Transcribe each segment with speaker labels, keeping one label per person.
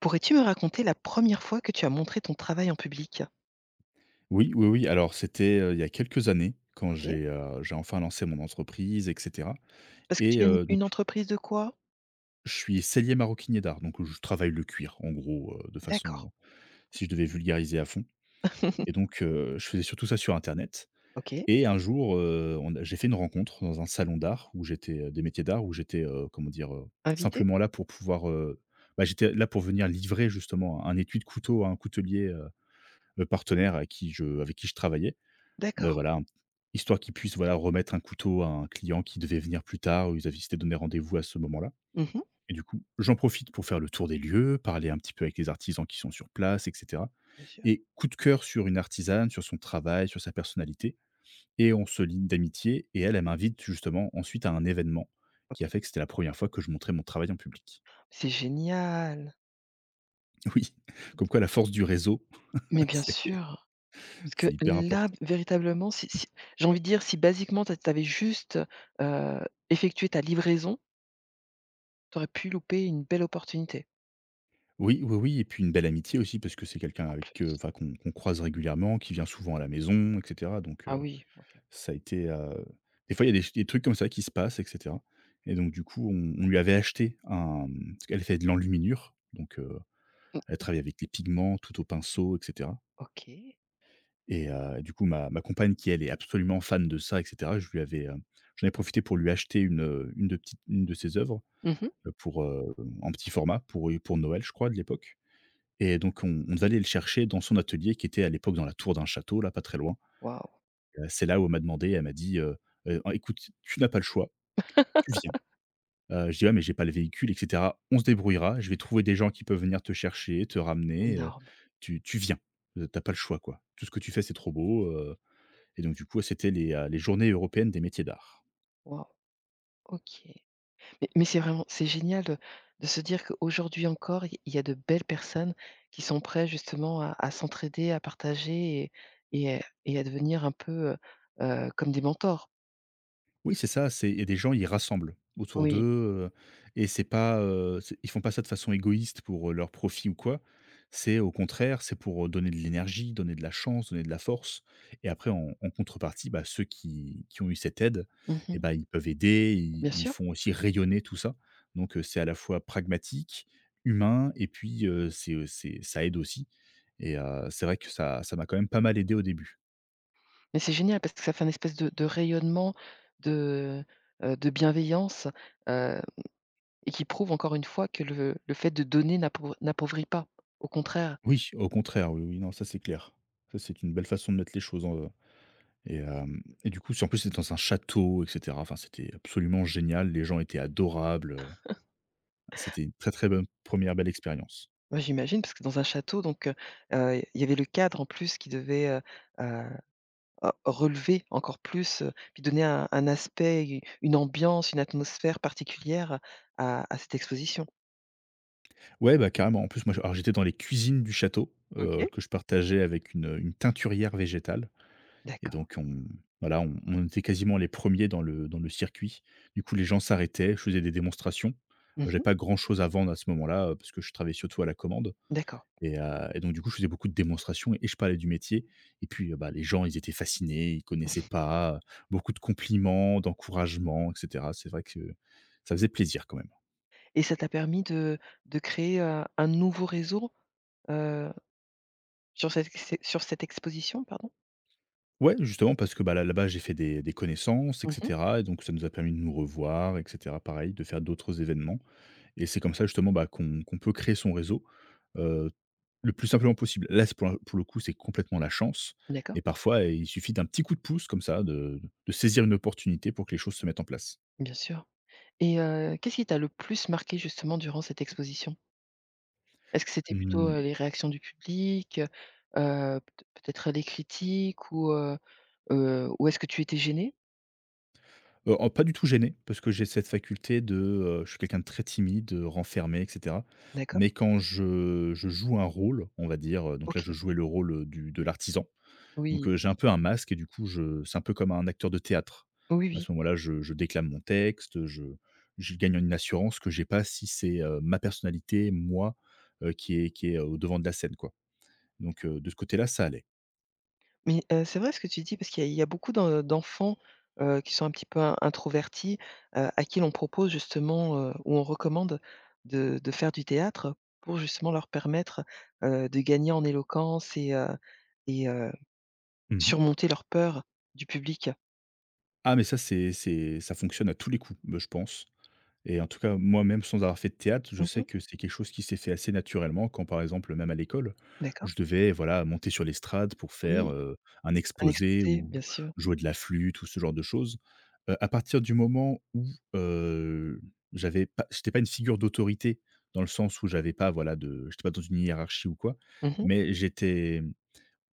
Speaker 1: Pourrais-tu me raconter la première fois que tu as montré ton travail en public?
Speaker 2: Oui, oui, oui. Alors, c'était, il y a quelques années quand
Speaker 1: OK.
Speaker 2: j'ai enfin lancé mon entreprise et cetera.
Speaker 1: Parce que
Speaker 2: Et
Speaker 1: tu es une
Speaker 2: donc
Speaker 1: une entreprise de quoi?
Speaker 2: je suis sellier maroquinier d'art, donc je travaille le cuir en gros, de façon
Speaker 1: D'accord.
Speaker 2: si je devais vulgariser à fond. Et donc je faisais surtout ça sur internet.
Speaker 1: OK.
Speaker 2: Et un jour, on a j'ai fait une rencontre dans un salon d'art où j'étais, des métiers d'art où j'étais, comment dire?
Speaker 1: Invité?
Speaker 2: Simplement là pour pouvoir, bah, j'étais là pour venir livrer justement un étui de couteau à un coutelier, partenaire à qui je avec qui je travaillais.
Speaker 1: D'accord.
Speaker 2: Voilà, histoire qu'ils puissent, voilà, remettre un couteau à un client qui devait venir plus tard, où ils avaient s'étaient donné rendez-vous à ce moment-là.
Speaker 1: Mmh.
Speaker 2: Et du coup, j'en profite pour faire le tour des lieux, parler un petit peu avec les artisans qui sont sur place et cetera.
Speaker 1: Bien sûr.
Speaker 2: Et coup de cœur sur une artisane, sur son travail, sur sa personnalité. Et on se lie d'amitié et elle, elle m'invite justement ensuite à un événement qui a
Speaker 1: OK.
Speaker 2: fait que c'était la première fois que je montrais mon travail en public.
Speaker 1: C'est génial.
Speaker 2: Oui, comme quoi la force du réseau,
Speaker 1: Mais bien
Speaker 2: c'est
Speaker 1: sûr, parce que
Speaker 2: c'est hyper
Speaker 1: là,
Speaker 2: important.
Speaker 1: véritablement, si j'ai envie de dire, si basiquement tu avais juste, heu, effectué ta livraison, tu aurais pu louper une belle opportunité.
Speaker 2: Oui, oui, oui et puis une belle amitié aussi parce que c'est quelqu'un
Speaker 1: En
Speaker 2: avec,
Speaker 1: plus.
Speaker 2: enfin qu'on croise régulièrement, qui vient souvent à la maison et cetera. Donc
Speaker 1: Ah oui, OK.
Speaker 2: ça a été, des fois il y a des trucs comme ça qui se passent et cetera. Et donc du coup, on lui avait acheté un, mmh, fait de l'enluminure. Donc elle
Speaker 1: Mmh.
Speaker 2: travaille avec les pigments, tout au pinceau et cetera.
Speaker 1: OK.
Speaker 2: Et du coup ma compagne qui elle est absolument fan de ça et cetera, je lui avais, j'en ai profité pour lui acheter une de petites une de ses œuvres,
Speaker 1: Mmh.
Speaker 2: pour, en petit format pour Noël je crois de l'époque. Et donc on devait aller le chercher dans son atelier qui était à l'époque dans la tour d'un château là, pas très loin.
Speaker 1: Waouh,
Speaker 2: C'est là où elle m'a demandé, elle m'a dit: écoute, tu n'as pas le choix, tu viens». Je dis: «Ouais, mais j'ai pas le véhicule et cetera». «On se débrouillera, je vais trouver des gens qui peuvent venir te chercher, te ramener,
Speaker 1: énorme.
Speaker 2: tu viens, tu pas le choix quoi. Tout ce que tu fais, c'est trop beau», et donc du coup, c'était les Journées européennes des métiers d'art.
Speaker 1: Waouh, OK. Mais c'est vraiment c'est génial de se dire qu'aujourd'hui encore, il y a de belles personnes qui sont prêtes justement à s'entraider, à partager et à devenir un peu, comme des mentors.
Speaker 2: Oui, c'est ça, c'est il y a des gens, ils rassemblent autour d'eux,
Speaker 1: Oui.
Speaker 2: et c'est pas, c'est ils font pas ça de façon égoïste pour, leur profit ou quoi. C'est au contraire, c'est pour, donner de l'énergie, donner de la chance, donner de la force et après en contrepartie, bah, ceux qui ont eu cette aide et
Speaker 1: Mmh.
Speaker 2: ben ils peuvent aider, ils
Speaker 1: Bien
Speaker 2: ils
Speaker 1: sûr.
Speaker 2: font aussi rayonner tout ça. Donc c'est à la fois pragmatique, humain et puis, c'est ça aide aussi. Et c'est vrai que ça m'a quand même pas mal aidé au début.
Speaker 1: Mais c'est génial parce que ça fait un espèce de rayonnement de, de bienveillance, heu, et qui prouve encore une fois que le fait de donner n'appauvrit pas, au contraire.
Speaker 2: Oui, au contraire, oui, oui, non, ça c'est clair. Ça, c'est une belle façon de mettre les choses en et hem et du coup, si en plus, c'était dans un château et cetera, enfin, c'était absolument génial. Les gens étaient adorables, c'était une très, très bonne première belle expérience.
Speaker 1: Bah, j'imagine parce que dans un château donc heu, il y avait le cadre en plus qui devait, heu, heu, relever encore plus, puis donner un aspect, u une ambiance, une atmosphère particulière à cette exposition.
Speaker 2: Ouais, bah, carrément. En plus, moi, je alors j'étais dans les cuisines du château,
Speaker 1: OK.
Speaker 2: que je partageais avec une teinturière végétale. Et
Speaker 1: D'accord.
Speaker 2: donc on voilà, on était quasiment les premiers dans le circuit. Du coup, les gens s'arrêtaient, je faisais des démonstrations. J'avais
Speaker 1: Mmh.
Speaker 2: pas grand chose à vendre à ce moment-là, parce que je travaillais surtout à la commande.
Speaker 1: D'accord,
Speaker 2: Et heu et donc du coup, je faisais beaucoup de démonstrations et je parlais du métier et puis, bah, les gens, ils étaient fascinés, ils connaissaient pas, beaucoup de compliments, d'encouragements et cetera. C'est vrai que ça faisait plaisir quand même.
Speaker 1: et ça t'a permis de créer, un nouveau réseau, heu, sur cette exposition, pardon?
Speaker 2: Ouais, justement parce que, bah, là là-bas, j'ai fait des connaissances et
Speaker 1: Mmh.
Speaker 2: cetera et donc ça nous a permis de nous revoir et cetera. Pareil, de faire d'autres événements et c'est comme ça justement, bah, qu'on peut créer son réseau, heu, le plus simplement possible. Là, c'est pour le coup, c'est complètement la chance
Speaker 1: D'accord,
Speaker 2: et parfois, il suffit d'un petit coup de pouce comme ça, de saisir une opportunité pour que les choses se mettent en place.
Speaker 1: bien sûr, et qu'est-ce qui t'a le plus marqué justement durant cette exposition? Est-ce que c'était plutôt,
Speaker 2: Mmh.
Speaker 1: les réactions du public, heu, heu, peut-être les critiques ou heu, ou est-ce que tu étais gêné?
Speaker 2: En pas du tout gêné, parce que j'ai cette faculté de, je suis quelqu'un de très timide, renfermé et cetera.
Speaker 1: D'accord,
Speaker 2: Mais quand je joue un rôle, on va dire, donc là, je
Speaker 1: OK.
Speaker 2: jouais le rôle, du de l'artisan.
Speaker 1: Oui,
Speaker 2: Donc, j'ai un peu un masque et du coup, je c'est un peu comme un acteur de théâtre.
Speaker 1: oui,
Speaker 2: À
Speaker 1: oui.
Speaker 2: ce moment-là, je déclame mon texte, je gagne une assurance que j'ai pas si c'est, ma personnalité, moi, qui est, au devant de la scène, quoi. Donc, de ce côté-là, ça allait.
Speaker 1: Mais, c'est vrai ce que tu dis parce qu'il y a beaucoup d'enfants, qui sont un petit peu in introvertis, à qui l'on propose justement, ou on recommande de faire du théâtre pour justement leur permettre, de gagner en éloquence et
Speaker 2: Mmh.
Speaker 1: surmonter leur peur du public.
Speaker 2: Ah mais ça, c'est ça fonctionne à tous les coups, je pense. Et en tout cas, moi-même, sans avoir fait de théâtre, je sais
Speaker 1: Mmh.
Speaker 2: que c'est quelque chose qui s'est fait assez naturellement quand, par exemple, même à l'école,
Speaker 1: D'accord.
Speaker 2: je devais voilà monter sur l'estrade pour faire,
Speaker 1: Oui,
Speaker 2: un
Speaker 1: un
Speaker 2: exposé
Speaker 1: exposé,
Speaker 2: ou
Speaker 1: bien sûr.
Speaker 2: jouer de la flûte ou ce genre de choses. À partir du moment où, heu, j'étais pas une figure d'autorité dans le sens où j'étais pas dans une hiérarchie ou quoi,
Speaker 1: Mmh.
Speaker 2: mais j'étais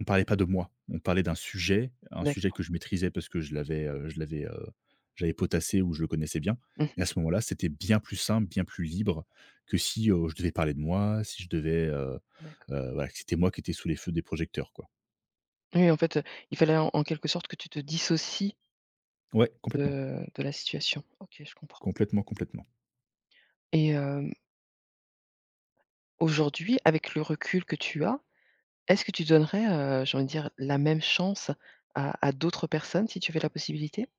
Speaker 2: on parlait pas de moi, on parlait d'un sujet, un sujet
Speaker 1: D'accord.
Speaker 2: que je maîtrisais parce que je l'avais, j'avais potassé ou je le connaissais bien et
Speaker 1: Mmh.
Speaker 2: à ce moment-là, c'était bien plus simple, bien plus libre que si, je devais parler de moi, si je devais,
Speaker 1: D'accord.
Speaker 2: voilà, que c'était moi qui étais sous les feux des projecteurs, quoi.
Speaker 1: Oui, en fait, il fallait en quelque sorte que tu te dissocies
Speaker 2: Ouais, complètement,
Speaker 1: de la situation. OK, je comprends
Speaker 2: complètement, complètement.
Speaker 1: et hem, aujourd'hui, avec le recul que tu as, est-ce que tu donnerais, j'ai envie de dire, la même chance à d'autres personnes si tu avais la possibilité?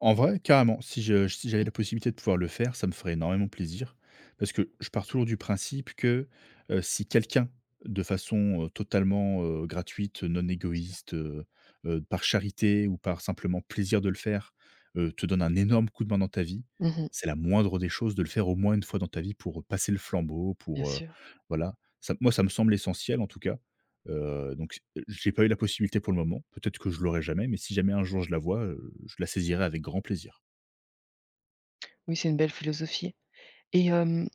Speaker 2: En vrai, carrément, si je si j'avais
Speaker 1: Mmh,
Speaker 2: la possibilité de pouvoir le faire, ça me ferait énormément plaisir parce que je pars toujours du principe que, si quelqu'un, de façon, totalement, gratuite, non
Speaker 1: sûr.
Speaker 2: égoïste, par charité ou par simplement plaisir de le faire, te donne un énorme coup de main dans ta vie,
Speaker 1: Mmh mh.
Speaker 2: c'est la moindre des choses de le faire au moins une fois dans ta vie pour passer le flambeau,
Speaker 1: Bien
Speaker 2: pour,
Speaker 1: sûr.
Speaker 2: voilà. Ça moi, ça me semble essentiel en tout cas. Donc j'ai pas eu la possibilité pour le moment. Peut-être que je l'aurai jamais, mais si jamais un jour je la vois, je la saisirai avec grand plaisir.
Speaker 1: Oui, c'est une belle philosophie et hem,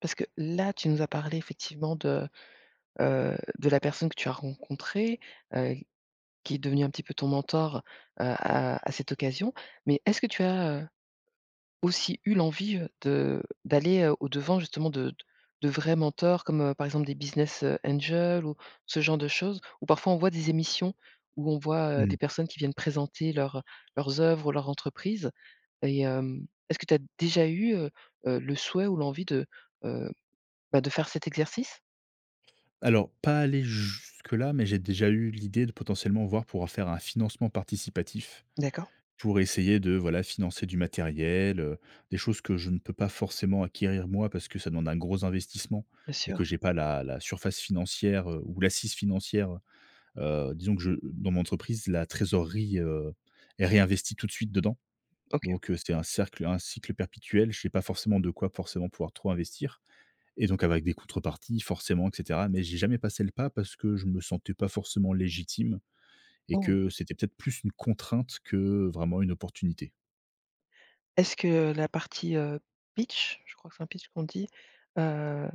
Speaker 1: parce que là, tu nous as parlé effectivement de la personne que tu as rencontrée, heu, qui est devenue un petit peu ton mentor, à cette occasion. Mais est-ce que tu as, heu, aussi eu l'envie, de d'aller, au-devant justement de vrais mentors comme, par exemple des business, angels ou ce genre de choses. Ou parfois on voit des émissions où on voit,
Speaker 2: Mmh.
Speaker 1: des personnes qui viennent présenter leurs œuvres ou leur entreprise et hem, est-ce que tu as déjà eu, heu, le souhait ou l'envie de, heu, bah, de faire cet exercice?
Speaker 2: Alors, pas aller jusque-là, mais j'ai déjà eu l'idée de potentiellement voir pour faire un financement participatif,
Speaker 1: D'accord,
Speaker 2: pour essayer de, voilà, financer du matériel, des choses que je ne peux pas forcément acquérir moi parce que ça demande un gros investissement
Speaker 1: bien
Speaker 2: et
Speaker 1: sûr.
Speaker 2: que j'ai pas la surface financière, ou l'assise financière, disons que je dans mon entreprise, la trésorerie, est réinvestie tout de suite dedans.
Speaker 1: OK.
Speaker 2: Donc c'est un cycle perpétuel. Je sais pas forcément de quoi forcément pouvoir trop investir et donc avec des contreparties forcément et cetera. Mais j'ai jamais passé le pas parce que je me sentais pas forcément légitime et
Speaker 1: Oh!
Speaker 2: que c'était peut-être plus une contrainte que vraiment une opportunité.
Speaker 1: Est-ce que, la partie, pitch, je crois que c'est un pitch qu'on dit, heu,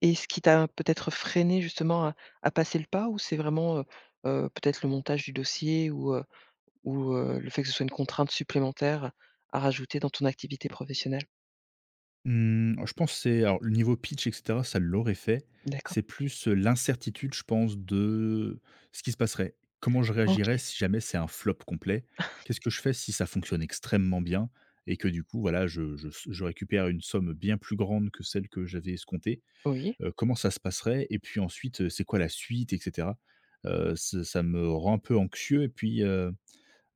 Speaker 1: et ce qui t'a peut-être freiné justement à passer le pas ou c'est vraiment, heu, peut-être le montage du dossier ou, heu, ou, le fait que ce soit une contrainte supplémentaire à rajouter dans ton activité professionnelle?
Speaker 2: Mmh, je pense que c'est alors le niveau pitch et cetera, ça l'aurait fait.
Speaker 1: D'accord.
Speaker 2: C'est plus, l'incertitude, je pense, de ce qui se passerait. Comment je réagirais
Speaker 1: OK.
Speaker 2: si jamais c'est un flop complet? Qu'est-ce que je fais si ça fonctionne extrêmement bien et que du coup, voilà, je récupère une somme bien plus grande que celle que j'avais escomptée?
Speaker 1: Oui,
Speaker 2: Comment ça se passerait? Et puis ensuite, c'est quoi la suite et cetera? Ce ça me rend un peu anxieux et puis,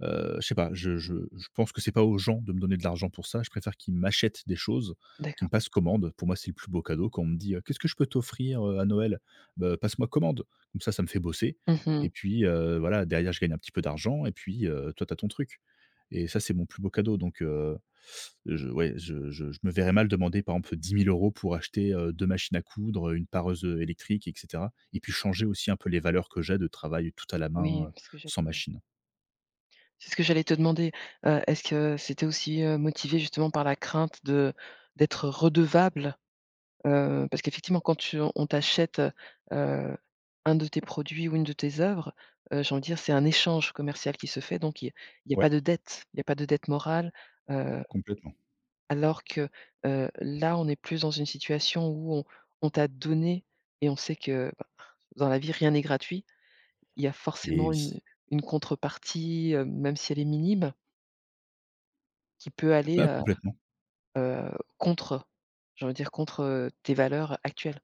Speaker 2: Je sais pas, je pense que c'est pas aux gens de me donner de l'argent pour ça. Je préfère qu'ils m'achètent des choses, qu'ils me
Speaker 1: d'accord.
Speaker 2: passent commande. Pour moi, c'est le plus beau cadeau quand on me dit: «Qu'est-ce que je peux t'offrir, à Noël?» «Bah, passe-moi commande». Comme ça me fait bosser et
Speaker 1: Mmh.
Speaker 2: puis, voilà, derrière, je gagne un petit peu d'argent et puis, toi, t'as ton truc. Et ça, c'est mon plus beau cadeau. Donc, je Ouais, je me verrais mal demander, par exemple, 10 000 euros pour acheter, 2 machines à coudre, une pareuse, électrique, et cetera, et puis changer aussi un peu les valeurs que j'ai de travail tout à la main,
Speaker 1: Oui, c'est ce que
Speaker 2: sans
Speaker 1: j'allais
Speaker 2: machine.
Speaker 1: c'est ce que j'allais te demander. Est-ce que c'était aussi, motivé justement par la crainte de d'être redevable? Parce qu'effectivement quand tu on t'achète, heu, un de tes produits ou une de tes œuvres, j'ai envie de dire, c'est un échange commercial qui se fait, donc il n'y a
Speaker 2: Ouais,
Speaker 1: pas de dette, il n'y a pas de dette morale, heu,
Speaker 2: complètement.
Speaker 1: alors que, là, on est plus dans une situation où on t'a donné et on sait que, bah, dans la vie, rien n'est gratuit. Il y a
Speaker 2: Et
Speaker 1: forcément
Speaker 2: oui.
Speaker 1: une contrepartie, même si elle est minime, qui peut aller,
Speaker 2: Bah,
Speaker 1: heu,
Speaker 2: complètement.
Speaker 1: heu, contre, j'ai envie de dire contre, tes valeurs actuelles.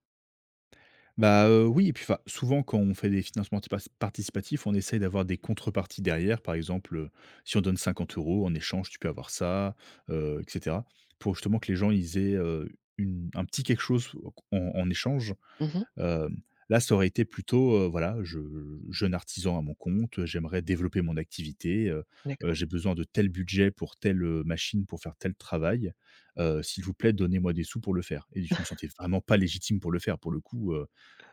Speaker 2: Bah, oui, et puis, enfin, souvent quand on fait des financements anti participatifs, on essaye d'avoir des contreparties derrière. Par exemple, si on donne 50 euros, en échange, tu peux avoir ça, et cetera. Pour justement que les gens, ils aient, une un petit quelque chose en échange.
Speaker 1: Mmh.
Speaker 2: Heu, Là, ça aurait été plutôt, voilà, je jeune artisan à mon compte, j'aimerais développer mon activité,
Speaker 1: D'accord,
Speaker 2: j'ai besoin de tel budget pour telle, machine pour faire tel travail, s'il vous plaît, donnez-moi des sous pour le faire. Et je me sentais vraiment pas légitime pour le faire, pour le coup,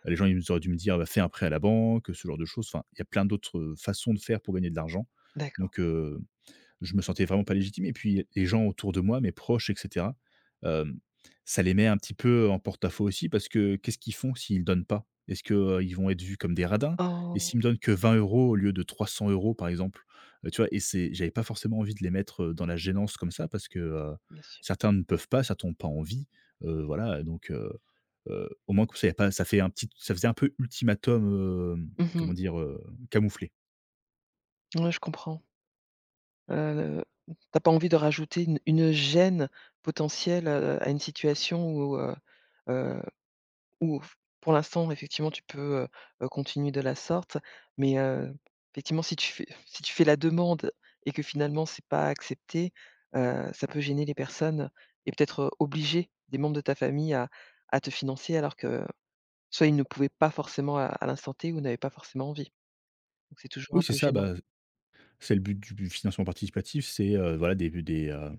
Speaker 2: les gens, ils auraient dû me dire: «Bah, fais un prêt à la banque», ce genre de choses. Enfin, il y a plein d'autres façons de faire pour gagner de l'argent,
Speaker 1: d'accord.
Speaker 2: donc je me sentais vraiment pas légitime. Et puis les gens autour de moi, mes proches et cetera, hem, ça les met un petit peu en porte-à-faux aussi parce que qu'est-ce qu'ils font s'ils donnent pas? Est-ce que, ils vont être vus comme des radins? Et s'ils
Speaker 1: Oh!
Speaker 2: me donnent que 20 euros au lieu de 300 euros par exemple, tu vois? Et c'est j'avais pas forcément envie de les mettre, dans la gênance comme ça parce que,
Speaker 1: Bien sûr.
Speaker 2: certains ne peuvent pas, ça tombe pas envie, voilà donc au moins comme ça, y a pas ça fait un petit ça faisait un peu ultimatum,
Speaker 1: Mhm. mh.
Speaker 2: comment dire? Camouflé.
Speaker 1: Ouais, je comprends. Tu pas envie de rajouter une gêne potentielle, à une situation où, euh, ou f pour l'instant, effectivement, tu peux, heu, continuer de la sorte, mais effectivement, si tu fais si tu fais la demande et que finalement c'est pas accepté, ça peut gêner les personnes et peut-être, obliger des membres de ta famille à te financer alors que soit ils ne pouvaient pas forcément à l'instant T ou n'avaient pas forcément envie. Donc c'est toujours
Speaker 2: Oui,
Speaker 1: un
Speaker 2: c'est
Speaker 1: peu
Speaker 2: ça,
Speaker 1: gênant.
Speaker 2: bah, c'est le but du financement participatif, c'est, voilà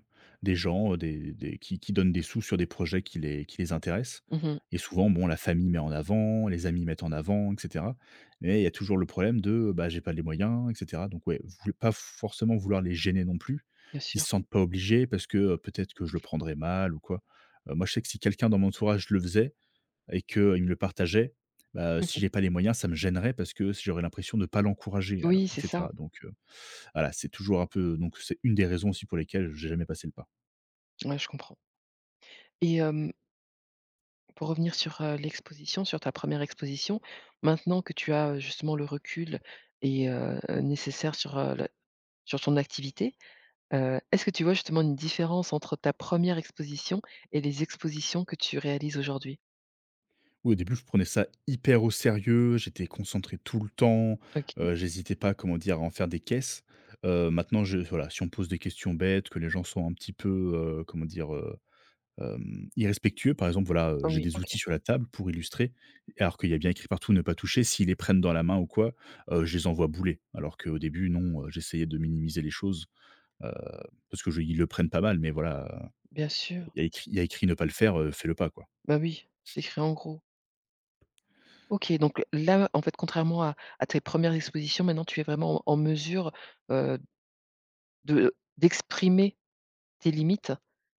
Speaker 2: des gens, des qui donnent des sous sur des projets qui les intéressent.
Speaker 1: Mmh.
Speaker 2: Et souvent, bon, la famille met en avant, les amis mettent en avant et cetera. Mais il y a toujours le problème de, bah, j'ai pas les moyens et cetera. Donc ouais, voulo pas forcément vouloir les gêner non plus,
Speaker 1: Bien
Speaker 2: qu'ils
Speaker 1: sûr.
Speaker 2: se sentent pas obligés parce que, peut-être que je le prendrais mal ou quoi. Moi, je sais que si quelqu'un dans mon entourage le faisait et qu'il me le partageait, bah, si j'ai pas les moyens, ça me gênerait parce que j'aurais l'impression de pas l'encourager alors
Speaker 1: Oui,
Speaker 2: et
Speaker 1: c'est
Speaker 2: cetera,
Speaker 1: ça.
Speaker 2: donc voilà, c'est toujours un peu donc c'est une des raisons aussi pour lesquelles j'ai jamais passé le pas.
Speaker 1: Ouais, je comprends et hem, pour revenir sur, l'exposition, sur ta première exposition, maintenant que tu as, justement le recul et nécessaire sur, le sur ton activité, est-ce que tu vois justement une différence entre ta première exposition et les expositions que tu réalises aujourd'hui?
Speaker 2: Oui, au début, je prenais ça hyper au sérieux, j'étais concentré tout le temps,
Speaker 1: OK.
Speaker 2: j'hésitais pas, comment dire, à en faire des caisses. Maintenant, je voilà, si on me pose des questions bêtes, que les gens sont un petit peu, heu, comment dire, heu, irrespectueux, par exemple, voilà,
Speaker 1: Ah
Speaker 2: j'ai
Speaker 1: oui,
Speaker 2: des
Speaker 1: OK,
Speaker 2: outils sur la table pour illustrer, alors qu'il y a bien écrit partout «ne pas toucher». S'ils les prennent dans la main ou quoi, je les envoie bouler. Alors qu'au début, non, j'essayais de minimiser les choses, heu, parce que je ils le prennent pas mal, mais voilà,
Speaker 1: bien sûr.
Speaker 2: il y a écrit ne pas le faire, fais-le pas, quoi.
Speaker 1: Bah, oui, c'est écrit en gros. OK, donc là, en fait, contrairement à tes premières expositions, maintenant tu es vraiment en mesure, heu, de d'exprimer tes limites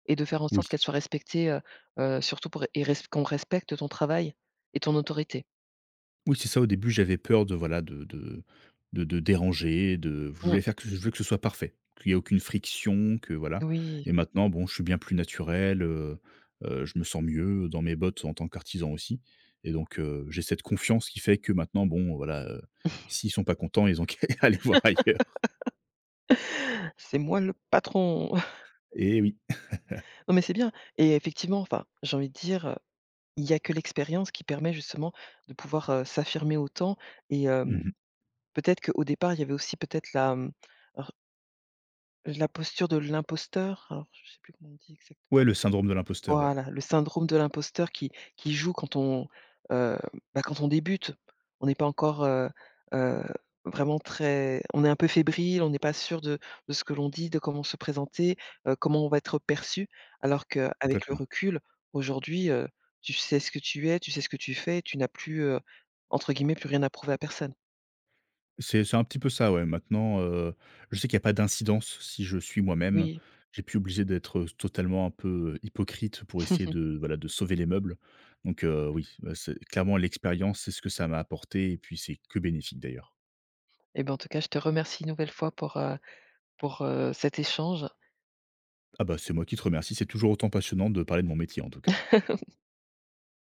Speaker 1: et de faire en
Speaker 2: Oui.
Speaker 1: sorte qu'elles soient respectées, heu, surtout pour et res qu'on respecte ton travail et ton autorité.
Speaker 2: Oui, c'est ça, au début, j'avais peur de, voilà, de déranger, de je voulais
Speaker 1: Mmh,
Speaker 2: faire que je voulais que ce soit parfait, qu'il y ait aucune friction, que voilà.
Speaker 1: oui,
Speaker 2: Et maintenant, bon, je suis bien plus naturel, je me sens mieux dans mes bottes en tant qu'artisan aussi. Et donc j'ai cette confiance qui fait que maintenant, bon, voilà, s'ils sont pas contents, ils ont qu'à aller voir ailleurs.
Speaker 1: c'est moi le patron.
Speaker 2: Eh oui.
Speaker 1: Non, mais c'est bien et effectivement, enfin, j'ai envie de dire, il y a que l'expérience qui permet justement de pouvoir, s'affirmer autant et hem,
Speaker 2: Mmh.
Speaker 1: peut-être qu'au départ, il y avait aussi peut-être la, mmh, alors la posture de l'imposteur, alors je sais plus comment on dit
Speaker 2: Ouais,
Speaker 1: exactement.
Speaker 2: le syndrome de l'imposteur, ouais,
Speaker 1: Voilà, le syndrome de l'imposteur qui joue quand on, heu, bah, quand on débute. On n'est pas encore, heu, heu, vraiment très on est un peu fébrile, on n'est pas sûr de ce que l'on dit, de comment se présenter, comment on va être perçu. Alors qu'avec le
Speaker 2: complètement.
Speaker 1: recul, aujourd'hui, tu sais ce que tu es, tu sais ce que tu fais, tu n'as plus, entre guillemets, «plus rien à prouver à personne».
Speaker 2: C'est un petit peu ça, ouais. Maintenant, je sais qu'il y a pas d'incidence si je suis moi-même.
Speaker 1: Oui.
Speaker 2: J'ai pu obligé d'être, totalement un peu, hypocrite pour essayer de, voilà, de sauver les meubles. Donc, oui, c'est clairement l'expérience, c'est ce que ça m'a apporté et puis c'est que bénéfique d'ailleurs.
Speaker 1: Et ben, en tout cas, je te remercie une nouvelle fois pour, heu, pour, cet échange.
Speaker 2: Ah bah, c'est moi qui te remercie, c'est toujours autant passionnant de parler de mon métier en tout cas.